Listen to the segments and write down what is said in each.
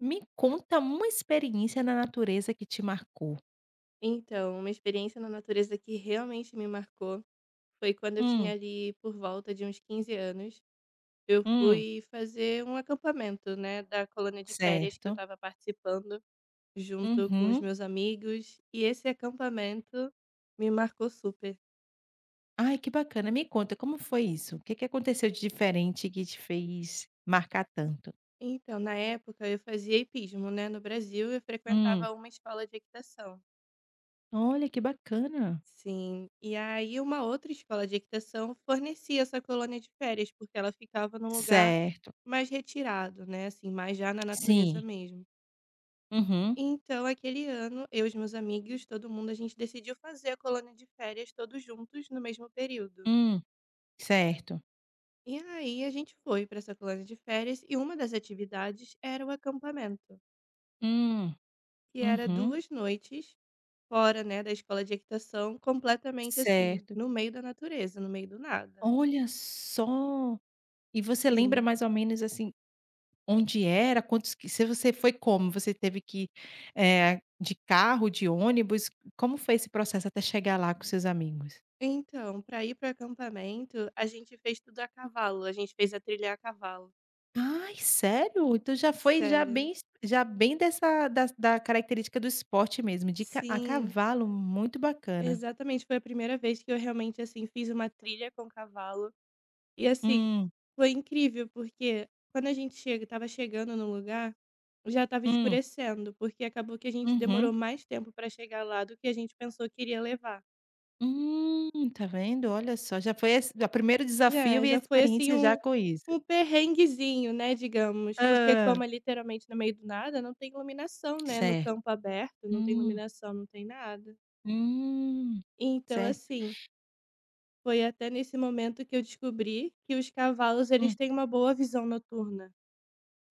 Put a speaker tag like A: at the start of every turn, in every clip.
A: Me conta uma experiência na natureza que te marcou.
B: Então, uma experiência na natureza que realmente me marcou foi quando eu tinha
A: Hum,
B: ali por volta de uns 15 anos. Eu
A: hum.
B: fui fazer um acampamento, né, da colônia de férias que eu
A: Certo.
B: estava participando junto com os
A: Uhum.
B: meus amigos, e esse acampamento me marcou super.
A: Ai, que bacana. Me conta, como foi isso? O que que aconteceu de diferente que te fez marcar tanto?
B: Então, na época eu fazia hipismo, né, no Brasil, eu
A: Hum.
B: frequentava uma escola de equitação.
A: Olha, que bacana.
B: Sim. E aí uma outra escola de equitação fornecia essa colônia de férias, porque ela ficava num lugar
A: Certo.
B: mais retirado, né, assim, mais já na natureza
A: Sim.
B: mesmo.
A: Uhum.
B: Então aquele ano, eu e os meus amigos, todo mundo, a gente decidiu fazer a colônia de férias todos juntos no mesmo período.
A: Hum. Certo.
B: E aí a gente foi para essa colônia de férias e uma das atividades era o acampamento,
A: Hum.
B: que era
A: Uhum.
B: 2 noites fora, né, da escola de equitação, completamente assim,
A: Certo.
B: no meio da natureza, no meio do nada.
A: Olha só. E você lembra
B: Sim.
A: mais ou menos, assim, onde era? Quantos qui se você foi, como? Você teve que, de carro, de ônibus? Como foi esse processo até chegar lá com seus amigos?
B: Então, para ir para o acampamento, a gente fez tudo a cavalo, a gente fez a trilha a cavalo.
A: Ai, sério? Então já foi já
B: Sério?
A: bem já bem dessa da característica do esporte mesmo, de ca a
B: Sim,
A: cavalo, muito bacana.
B: exatamente, foi a primeira vez que eu realmente, assim, fiz uma trilha com cavalo, e assim,
A: Hum,
B: foi incrível, porque quando a gente chega estava chegando no lugar, já estava
A: hum,
B: escurecendo, porque acabou que a gente demorou
A: uhum.
B: mais tempo para chegar lá do que a gente pensou que iria levar.
A: Tá vendo? Olha só, já foi esse o primeiro
B: Já,
A: desafio e a
B: já foi assim
A: experiência já
B: um
A: com isso.
B: um perrenguezinho, né, digamos, porque
A: Ah,
B: como é literalmente no meio do nada, não tem iluminação, né, no
A: certo.
B: campo aberto, não tem
A: Hum,
B: iluminação, não tem nada.
A: hum.
B: Então
A: Certo.
B: assim, foi até nesse momento que eu descobri que os cavalos eles
A: Hum.
B: têm uma boa visão noturna.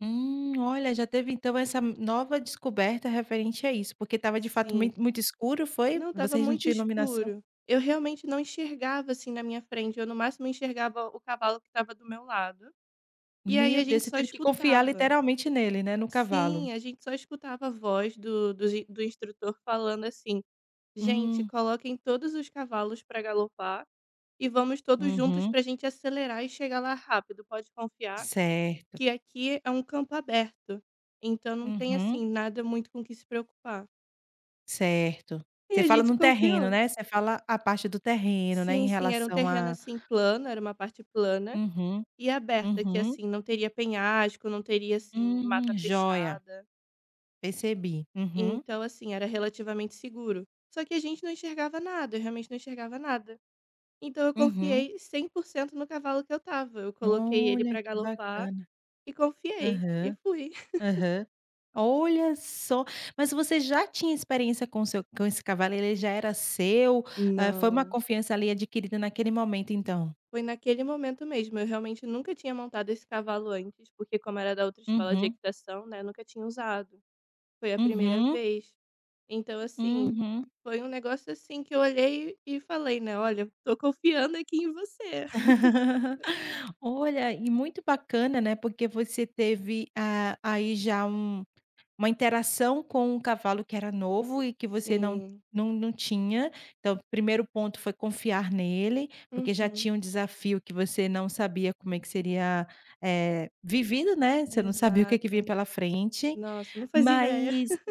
A: Olha, já teve então essa nova descoberta referente a isso, porque estava de fato mui
B: Sim.
A: muito escuro, foi?
B: Não, estava
A: Vocês não
B: muito
A: tinham iluminação?
B: escuro. Eu realmente não enxergava assim na minha frente, eu no máximo enxergava o cavalo que estava do meu lado, e aí
A: Meu
B: a
A: Deus,
B: gente
A: você
B: só
A: teve que confiar
B: escutava.
A: literalmente nele, né, no
B: Sim,
A: cavalo.
B: a gente só escutava a voz do instrutor falando assim: "Gente,
A: Hum,
B: coloquem todos os cavalos para galopar e vamos todos juntos
A: uhum,
B: para a gente acelerar e chegar lá rápido. Pode confiar
A: certo.
B: que aqui é um campo aberto, então não tem,
A: Uhum,
B: assim, nada muito com o que se preocupar".
A: certo.
B: E
A: Você
B: a
A: fala
B: gente
A: no terreno,
B: confiou.
A: né, você fala a parte do terreno, né,
B: Sim,
A: em
B: sim, era um
A: relação
B: terreno,
A: a.
B: assim, plano, era uma parte plana
A: Uhum,
B: e aberta que,
A: uhum,
B: assim, não teria penhasco, não teria, assim, mata
A: joia,
B: fechada.
A: percebi. Uhum,
B: Então, assim, era relativamente seguro. Só que a gente não enxergava nada, eu realmente não enxergava nada. Então eu
A: uhum.
B: confiei 100% no cavalo que eu tava. Eu coloquei ele
A: Olha,
B: pra
A: que
B: galopar
A: bacana.
B: e confiei e
A: Aham.
B: fui.
A: Aham. Olha só, mas você já tinha experiência com esse cavalo, ele já era seu, hã, foi uma
B: Não,
A: confiança ali adquirida naquele momento então?
B: foi naquele momento mesmo. Eu realmente nunca tinha montado esse cavalo antes, porque como era da outra escola de
A: Uhum,
B: equitação, né, nunca tinha usado. Foi a primeira
A: uhum,
B: vez. Então, assim,
A: uhum.
B: foi um negócio assim que eu olhei e falei, né, olha, tô confiando aqui em você.
A: Olha, e muito bacana, né, porque você teve, ah, aí já um. Uma interação com um cavalo que era novo e que você não
B: Sim.
A: não não tinha. Então, o primeiro ponto foi confiar nele, porque já
B: Uhum.
A: tinha um desafio que você não sabia como é que seria, vivido, né, você não sabia o que é que
B: Exato.
A: vinha pela frente,
B: Nossa, não fazia ideia.
A: mas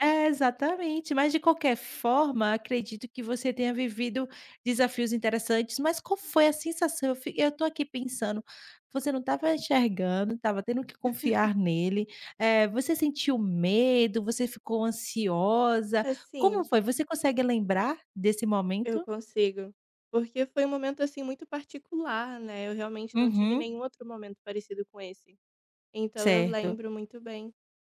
A: é, exatamente. Mas de qualquer forma, acredito que você tenha vivido desafios interessantes, mas qual foi a sensação? Eu tô aqui pensando, você não estava enxergando, estava tendo que confiar nele, você sentiu medo, você ficou ansiosa, como
B: Assim,
A: foi? Você consegue lembrar desse
B: eu
A: momento?
B: consigo. Porque foi um momento, assim, muito particular, né, eu realmente não tive
A: Uhum,
B: nenhum outro momento parecido com esse. Então eu
A: certo.
B: lembro muito bem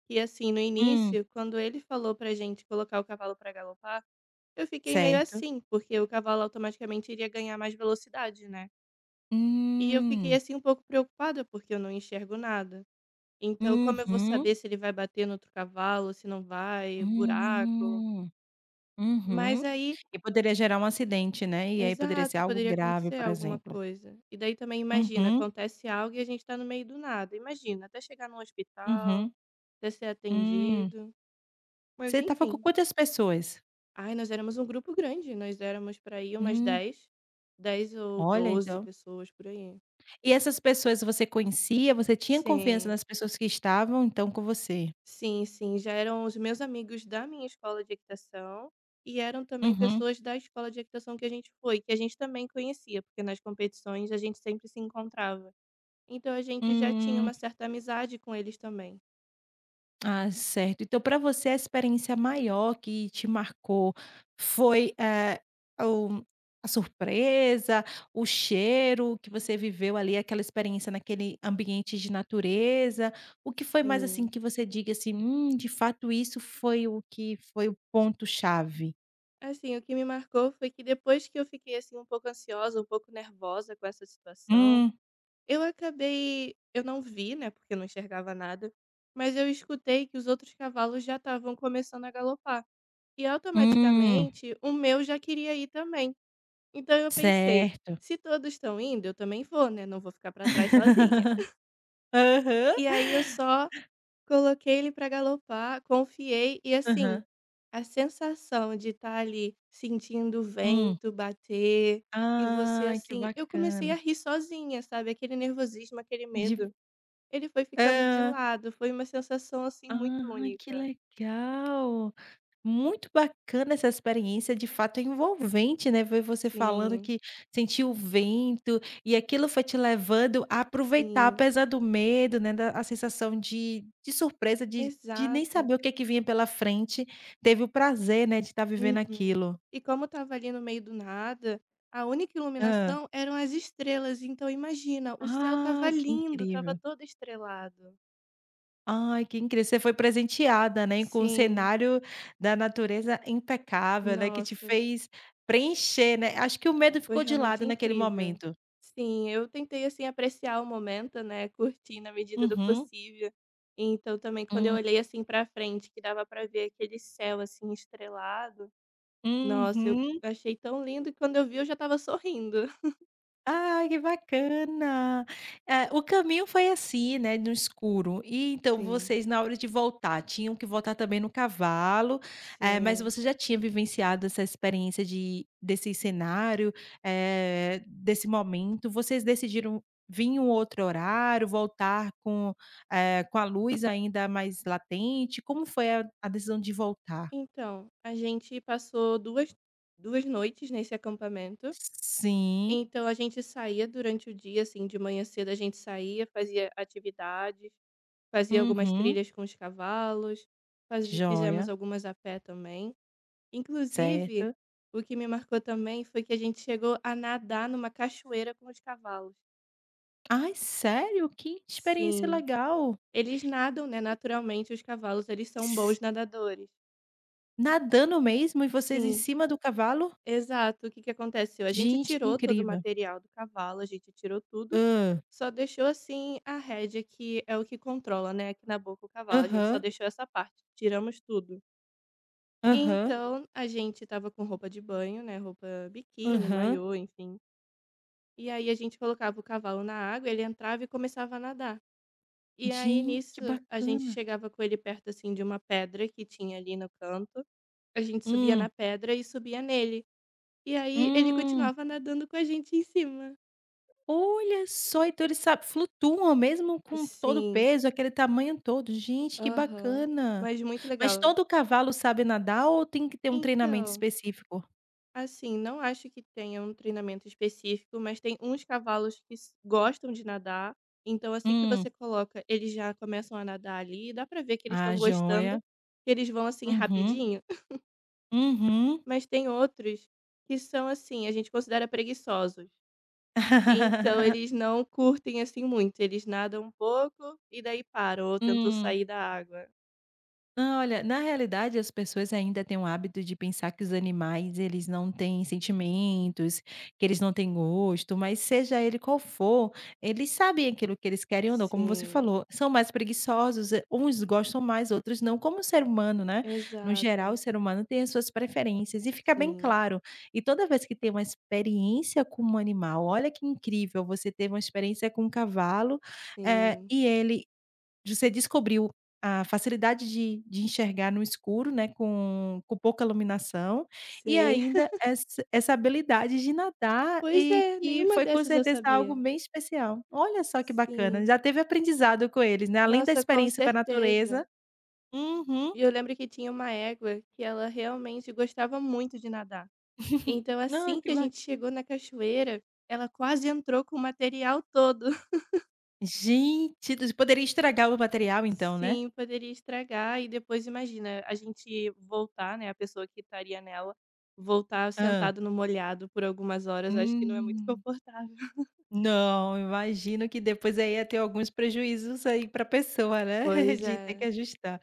B: que, assim, no
A: Hum,
B: início, quando ele falou pra gente colocar o cavalo pra galopar, eu fiquei meio
A: certo.
B: assim, porque o cavalo automaticamente iria ganhar mais velocidade, né. E eu fiquei,
A: Hum.
B: assim, um pouco preocupada, porque eu não enxergo nada. Então como eu vou
A: Uhum.
B: saber se ele vai bater no outro cavalo, se não vai, buraco?
A: Hum.
B: Mas
A: Uhum.
B: aí
A: E poderia gerar um acidente, né, e aí poderia ser
B: exato,
A: algo
B: poderia
A: grave,
B: acontecer
A: por
B: alguma
A: exemplo.
B: coisa. E daí também imagina,
A: Uhum,
B: acontece algo e a gente tá no meio do nada. Imagina, até chegar num hospital,
A: uhum.
B: até ser
A: Hum.
B: atendido. Mas
A: Você estava com
B: enfim.
A: quantas pessoas?
B: Ai, nós éramos um grupo grande, nós éramos para aí umas
A: Hum,
B: dez, dez ou
A: olha
B: doze
A: então.
B: pessoas por aí.
A: E essas pessoas você conhecia? Você tinha confiança
B: Sim,
A: nas pessoas que estavam então com você?
B: sim, sim, já eram os meus amigos da minha escola de equitação e eram também
A: Uhum.
B: pessoas da escola de equitação que a gente foi, que a gente também conhecia, porque nas competições a gente sempre se encontrava. Então a gente já tinha
A: Hum.
B: uma certa amizade com eles também.
A: Ah, certo. Então, para você, a experiência maior que te marcou foi, o a surpresa, o cheiro que você viveu ali, aquela experiência naquele ambiente de natureza? O que foi mais, assim,
B: Sim.
A: que você diga assim: de fato, isso foi o que foi o ponto-chave"?
B: Assim, o que me marcou foi que depois que eu fiquei assim um pouco ansiosa, um pouco nervosa com essa situação,
A: Hum,
B: eu acabei, eu não vi, né, porque eu não enxergava nada, mas eu escutei que os outros cavalos já estavam começando a galopar. E
A: hum,
B: automaticamente o meu já queria ir também. Então eu pensei,
A: certo.
B: se todos estão indo, eu também vou, né? Não vou ficar para trás sozinha.
A: Aham.
B: E aí eu só coloquei ele para galopar, confiei e assim,
A: Aham.
B: a sensação de estar ali sentindo o
A: Hum.
B: vento bater e você
A: Ai, que
B: assim eu comecei a
A: bacana.
B: rir sozinha, sabe, aquele nervosismo, aquele
A: De
B: medo, ele foi ficando de lado, foi uma sensação, assim, muito
A: Ah, que
B: única.
A: legal! Muito bacana essa experiência, de fato, é envolvente, né, ver você falando
B: Sim,
A: que sentiu o vento e aquilo foi te levando a aproveitar,
B: sim,
A: apesar do medo, né, da a sensação de surpresa, de nem
B: exato.
A: saber o que é que vinha pela frente, teve o prazer, né, de estar vivendo
B: Uhum.
A: aquilo.
B: E como estava ali no meio do nada, a única
A: Hã.
B: iluminação eram as estrelas, então imagina, o céu
A: Ah,
B: estava
A: que
B: lindo, estava
A: incrível!
B: todo estrelado.
A: Ai, que incrível. Você foi presenteada, né, com um
B: Sim.
A: cenário da natureza impecável, né, que te
B: Nossa,
A: fez preencher, né. Acho que o medo
B: foi
A: ficou de
B: realmente
A: lado naquele
B: incrível.
A: momento.
B: Sim, eu tentei, assim, apreciar o momento, né, curtir na medida do
A: Uhum.
B: possível. Então também quando eu
A: Hum.
B: olhei, assim, pra frente, que dava para ver aquele céu, assim, estrelado, nossa, eu
A: Uhum.
B: achei tão lindo que quando eu vi eu já estava sorrindo.
A: Ai, que bacana. O caminho foi assim, né, no escuro. E então
B: Sim.
A: vocês, na hora de voltar, tinham que voltar também no cavalo, mas
B: Sim.
A: você já tinha vivenciado essa experiência de desse cenário, desse momento. Vocês decidiram vir em um outro horário, voltar com a luz ainda mais latente? Como foi a decisão de voltar?
B: Então, a gente passou duas noites nesse acampamento,
A: Sim.
B: então a gente saía durante o dia, assim, de manhã cedo a gente saía, fazia atividades. Fazia algumas
A: Uhum.
B: trilhas com os cavalos, fazi fizemos
A: Joia.
B: algumas a pé também. Inclusive,
A: Certo.
B: o que me marcou também foi que a gente chegou a nadar numa cachoeira com os cavalos.
A: Ai, sério? Que experiência
B: Sim.
A: legal.
B: Eles nadam, né, naturalmente os cavalos, eles são bons
A: S
B: nadadores.
A: Nadando mesmo e vocês em
B: Sim,
A: cima do cavalo?
B: exato. O que que aconteceu? A gente
A: Gente, que
B: tirou todo o
A: incrível.
B: material do cavalo, a gente tirou tudo,
A: Hã.
B: só deixou assim a rédea que é o que controla, né, aqui na boca o cavalo. A gente só
A: Aham,
B: deixou essa parte, tiramos tudo. e
A: aham,
B: Então, a gente estava com roupa de banho, né, roupa biquíni,
A: aham.
B: maiô, enfim. E aí a gente colocava o cavalo na água, ele entrava e começava a nadar. E aí
A: Gente, que
B: nisso a gente
A: bacana.
B: chegava com ele perto assim de uma pedra que tinha ali no canto. A gente subia na
A: Hum,
B: pedra e subia nele. E aí ele
A: hum.
B: continuava nadando com a gente em cima.
A: Olha só, então eles sa flutuam mesmo com todo o
B: Sim.
A: peso, aquele tamanho todo. Gente, que
B: Aham.
A: bacana.
B: Mas muito
A: Mas
B: legal.
A: todo cavalo sabe nadar ou tem que ter um treinamento
B: Então
A: específico?
B: assim, não acho que tenha um treinamento específico, mas tem uns cavalos que gostam de nadar. Então, assim que
A: Hum.
B: você coloca, eles já começam a nadar ali. Dá pra ver que eles estão
A: Ah,
B: gostando,
A: joia.
B: que eles vão assim
A: Uhum,
B: rapidinho.
A: uhum.
B: Mas tem outros que são assim, a gente considera preguiçosos, que então eles não curtem assim muito. Eles nadam um pouco e daí param ou tentam
A: Hum.
B: sair da água.
A: Ah, olha, na realidade as pessoas ainda têm o hábito de pensar que os animais eles não têm sentimentos, que eles não têm gosto, mas seja ele qual for, eles sabem aquilo que eles querem ou não, como você
B: Sim,
A: falou, são mais preguiçosos, uns gostam mais, outros não, como o ser humano, né, no geral o
B: exato.
A: ser humano tem as suas preferências e fica bem
B: Sim,
A: claro, e toda vez que tem uma experiência com um animal, olha que incrível, você teve uma experiência com um cavalo,
B: sim,
A: e ele você descobriu a facilidade de enxergar no escuro, né, com pouca iluminação, e
B: sim.
A: ainda essa habilidade de nadar
B: Pois
A: e
B: é,
A: que
B: nenhuma
A: foi com
B: dessas eu
A: certeza algo
B: sabia.
A: bem especial. Olha só que bacana,
B: Sim.
A: já teve aprendizado com eles, né, além da
B: Nossa, com
A: experiência com a
B: certeza.
A: natureza. Uhum.
B: E eu lembro que tinha uma égua que ela realmente gostava muito de nadar. Então,
A: Ah,
B: assim que
A: que
B: a gente
A: bacana!
B: chegou na cachoeira, ela quase entrou com o material todo.
A: Gente, do poderia estragar o material então, né?
B: Sim, poderia estragar. E depois, imagina, a gente voltar, né? A pessoa que estaria nela, voltar
A: Ah.
B: sentado no molhado por algumas horas, acho que não é muito
A: Hum.
B: confortável.
A: Não, imagino que depois aí ia ter alguns prejuízos aí para a pessoa, né,
B: Pois
A: de ter que
B: é.
A: ajustar.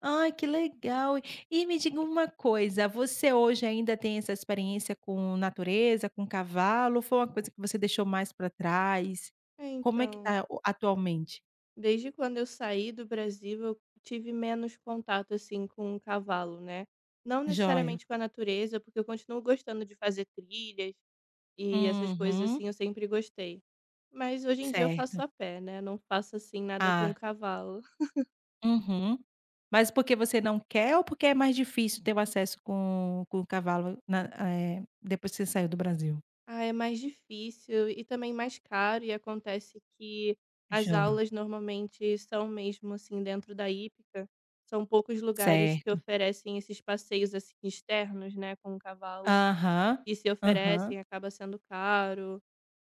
A: Ai, que legal. E me diga uma coisa, você hoje ainda tem essa experiência com natureza, com cavalo, ou foi uma coisa que você deixou mais para trás?
B: É,
A: Como é que
B: então.
A: tá o atualmente?
B: Desde quando eu saí do Brasil, eu tive menos contato assim com o cavalo, né? Não
A: Joia.
B: necessariamente com a natureza, porque eu continuo gostando de fazer trilhas e essas coisas
A: Uhum,
B: assim, eu sempre gostei. Mas hoje em dia eu faço
A: certo.
B: a pé, né? Não faço assim nada com o
A: Ah,
B: cavalo.
A: uhum. Mas porque você não quer ou porque é mais difícil ter o acesso com o cavalo depois que você saiu do Brasil?
B: Ah, é mais difícil e também mais caro e acontece que as
A: Joia.
B: aulas normalmente são mesmo assim dentro da hípica. São poucos lugares que
A: Certo.
B: oferecem esses passeios assim externos, né, com o cavalo.
A: Aham,
B: Que se
A: aham.
B: oferecem acaba sendo caro.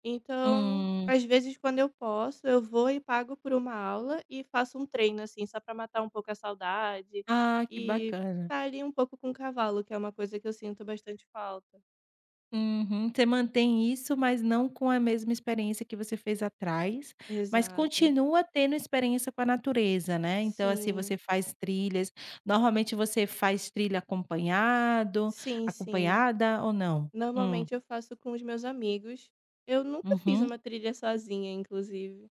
B: Então,
A: Hum.
B: às vezes, quando eu posso, eu vou e pago por uma aula e faço um treino, assim, só para matar um pouco a saudade
A: Ah, que
B: e
A: bacana.
B: tá ali um pouco com o cavalo, que é uma coisa que eu sinto bastante falta.
A: Uhum. Você mantém isso, mas não com a mesma experiência que você fez atrás, mas
B: Exato.
A: continua tendo experiência com a natureza, né. Então, assim,
B: Sim,
A: você faz trilhas. Normalmente você faz trilha acompanhado
B: sim, sim.
A: acompanhada ou não? Hum.
B: Normalmente eu faço com os meus amigos. Eu nunca fiz
A: Uhum.
B: uma trilha sozinha, inclusive,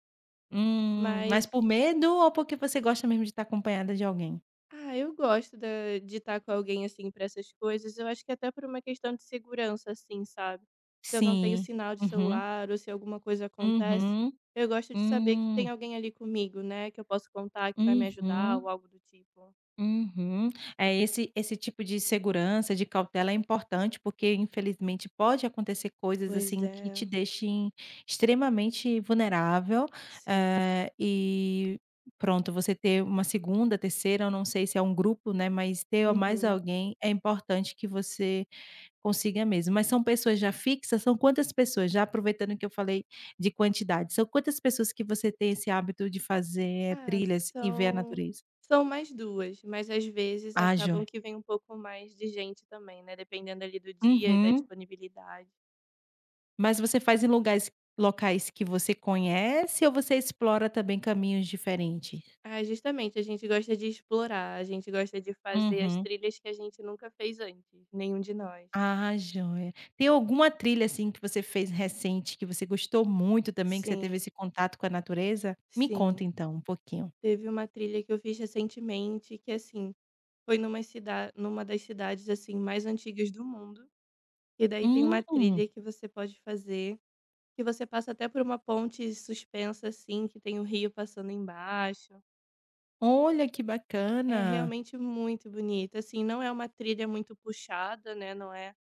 A: Hum. Mas
B: mas
A: por medo ou porque você gosta mesmo de estar acompanhada de alguém?
B: ah, eu gosto da de estar com alguém, assim, para essas coisas. Eu acho que até por uma questão de segurança, assim, sabe. Se eu não tenho
A: Sim.
B: sinal de
A: Uhum.
B: celular ou se alguma coisa acontece,
A: Uhum.
B: eu gosto de saber que tem
A: Hum.
B: alguém ali comigo, né, que eu posso contar, que vai me ajudar ou
A: Uhum.
B: algo do tipo.
A: Uhum. É, esse tipo de segurança, de cautela é importante, porque infelizmente pode acontecer coisas,
B: Pois
A: assim, que
B: é,
A: te deixem extremamente vulnerável,
B: sim.
A: e pronto, você ter uma segunda, terceira, eu não sei se é um grupo, né, mas ter mais
B: Uhum.
A: alguém é importante que você consiga mesmo. Mas são pessoas já fixas? São quantas pessoas? Já aproveitando que eu falei de quantidade, são quantas pessoas que você tem esse hábito de fazer
B: Ah,
A: trilhas e ver a
B: são
A: natureza?
B: são mais 2, mas às vezes
A: Ah,
B: acabam
A: joia.
B: que vem um pouco mais de gente também, né, dependendo ali do dia e da
A: Uhum.
B: disponibilidade.
A: Mas você faz em lugares locais que você conhece ou você explora também caminhos diferentes?
B: Ah, justamente, a gente gosta de explorar, a gente gosta de fazer as
A: Uhum.
B: trilhas que a gente nunca fez antes, nenhum de nós.
A: Ah, joia. Tem alguma trilha, assim, que você fez recente que você gostou muito também, que você teve
B: Sim,
A: esse contato com a natureza? Me conta
B: sim.
A: então um pouquinho.
B: Teve uma trilha que eu fiz recentemente que, assim, foi numa das cidades, assim, mais antigas do mundo, e daí tem uma
A: Hum,
B: trilha que você pode fazer, que você passa até por uma ponte suspensa, assim, que tem o rio passando embaixo.
A: olha que
B: É
A: bacana.
B: realmente muito bonito, assim, não é uma trilha muito puxada, né, não é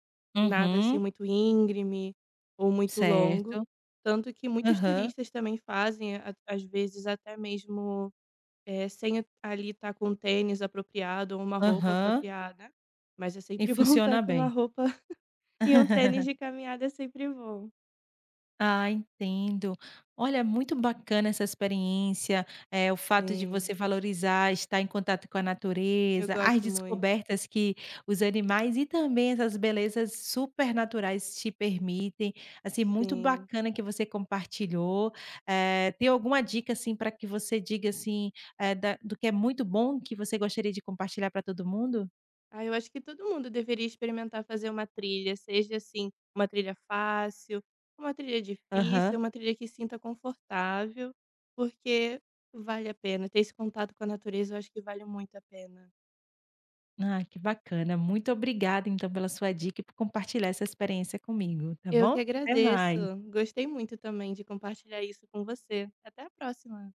B: nada assim
A: Uhum,
B: muito íngreme ou muito longo.
A: certo.
B: Tanto que muitos
A: Aham,
B: turistas também fazem, às vezes até mesmo sem ali estar com um tênis apropriado ou uma roupa
A: aham.
B: apropriada. Mas é
A: E
B: sempre bom estar
A: funciona
B: com
A: bem.
B: uma roupa e um tênis de caminhada é sempre bom.
A: Ah, entendo. Olha, muito bacana essa experiência, o fato de
B: Sim,
A: você valorizar, estar em contato com a
B: eu
A: natureza, as
B: gosto muito.
A: descobertas que os animais e também essas belezas supernaturais te permitem. Assim, muito
B: Sim.
A: bacana que você compartilhou. Tem alguma dica, assim, para que você diga, assim, da do que é muito bom, que você gostaria de compartilhar para todo mundo?
B: Ah, eu acho que todo mundo deveria experimentar fazer uma trilha, seja assim, uma trilha fácil, uma trilha
A: Aham.
B: difícil, uma trilha que sinta confortável, porque vale a pena. Ter esse contato com a natureza, eu acho que vale muito a pena.
A: Ah, que bacana. Muito obrigada, então, pela sua dica e por compartilhar essa experiência comigo, tá
B: Eu que
A: bom? Até
B: agradeço.
A: mais.
B: Gostei muito também de compartilhar isso com você. Até a próxima.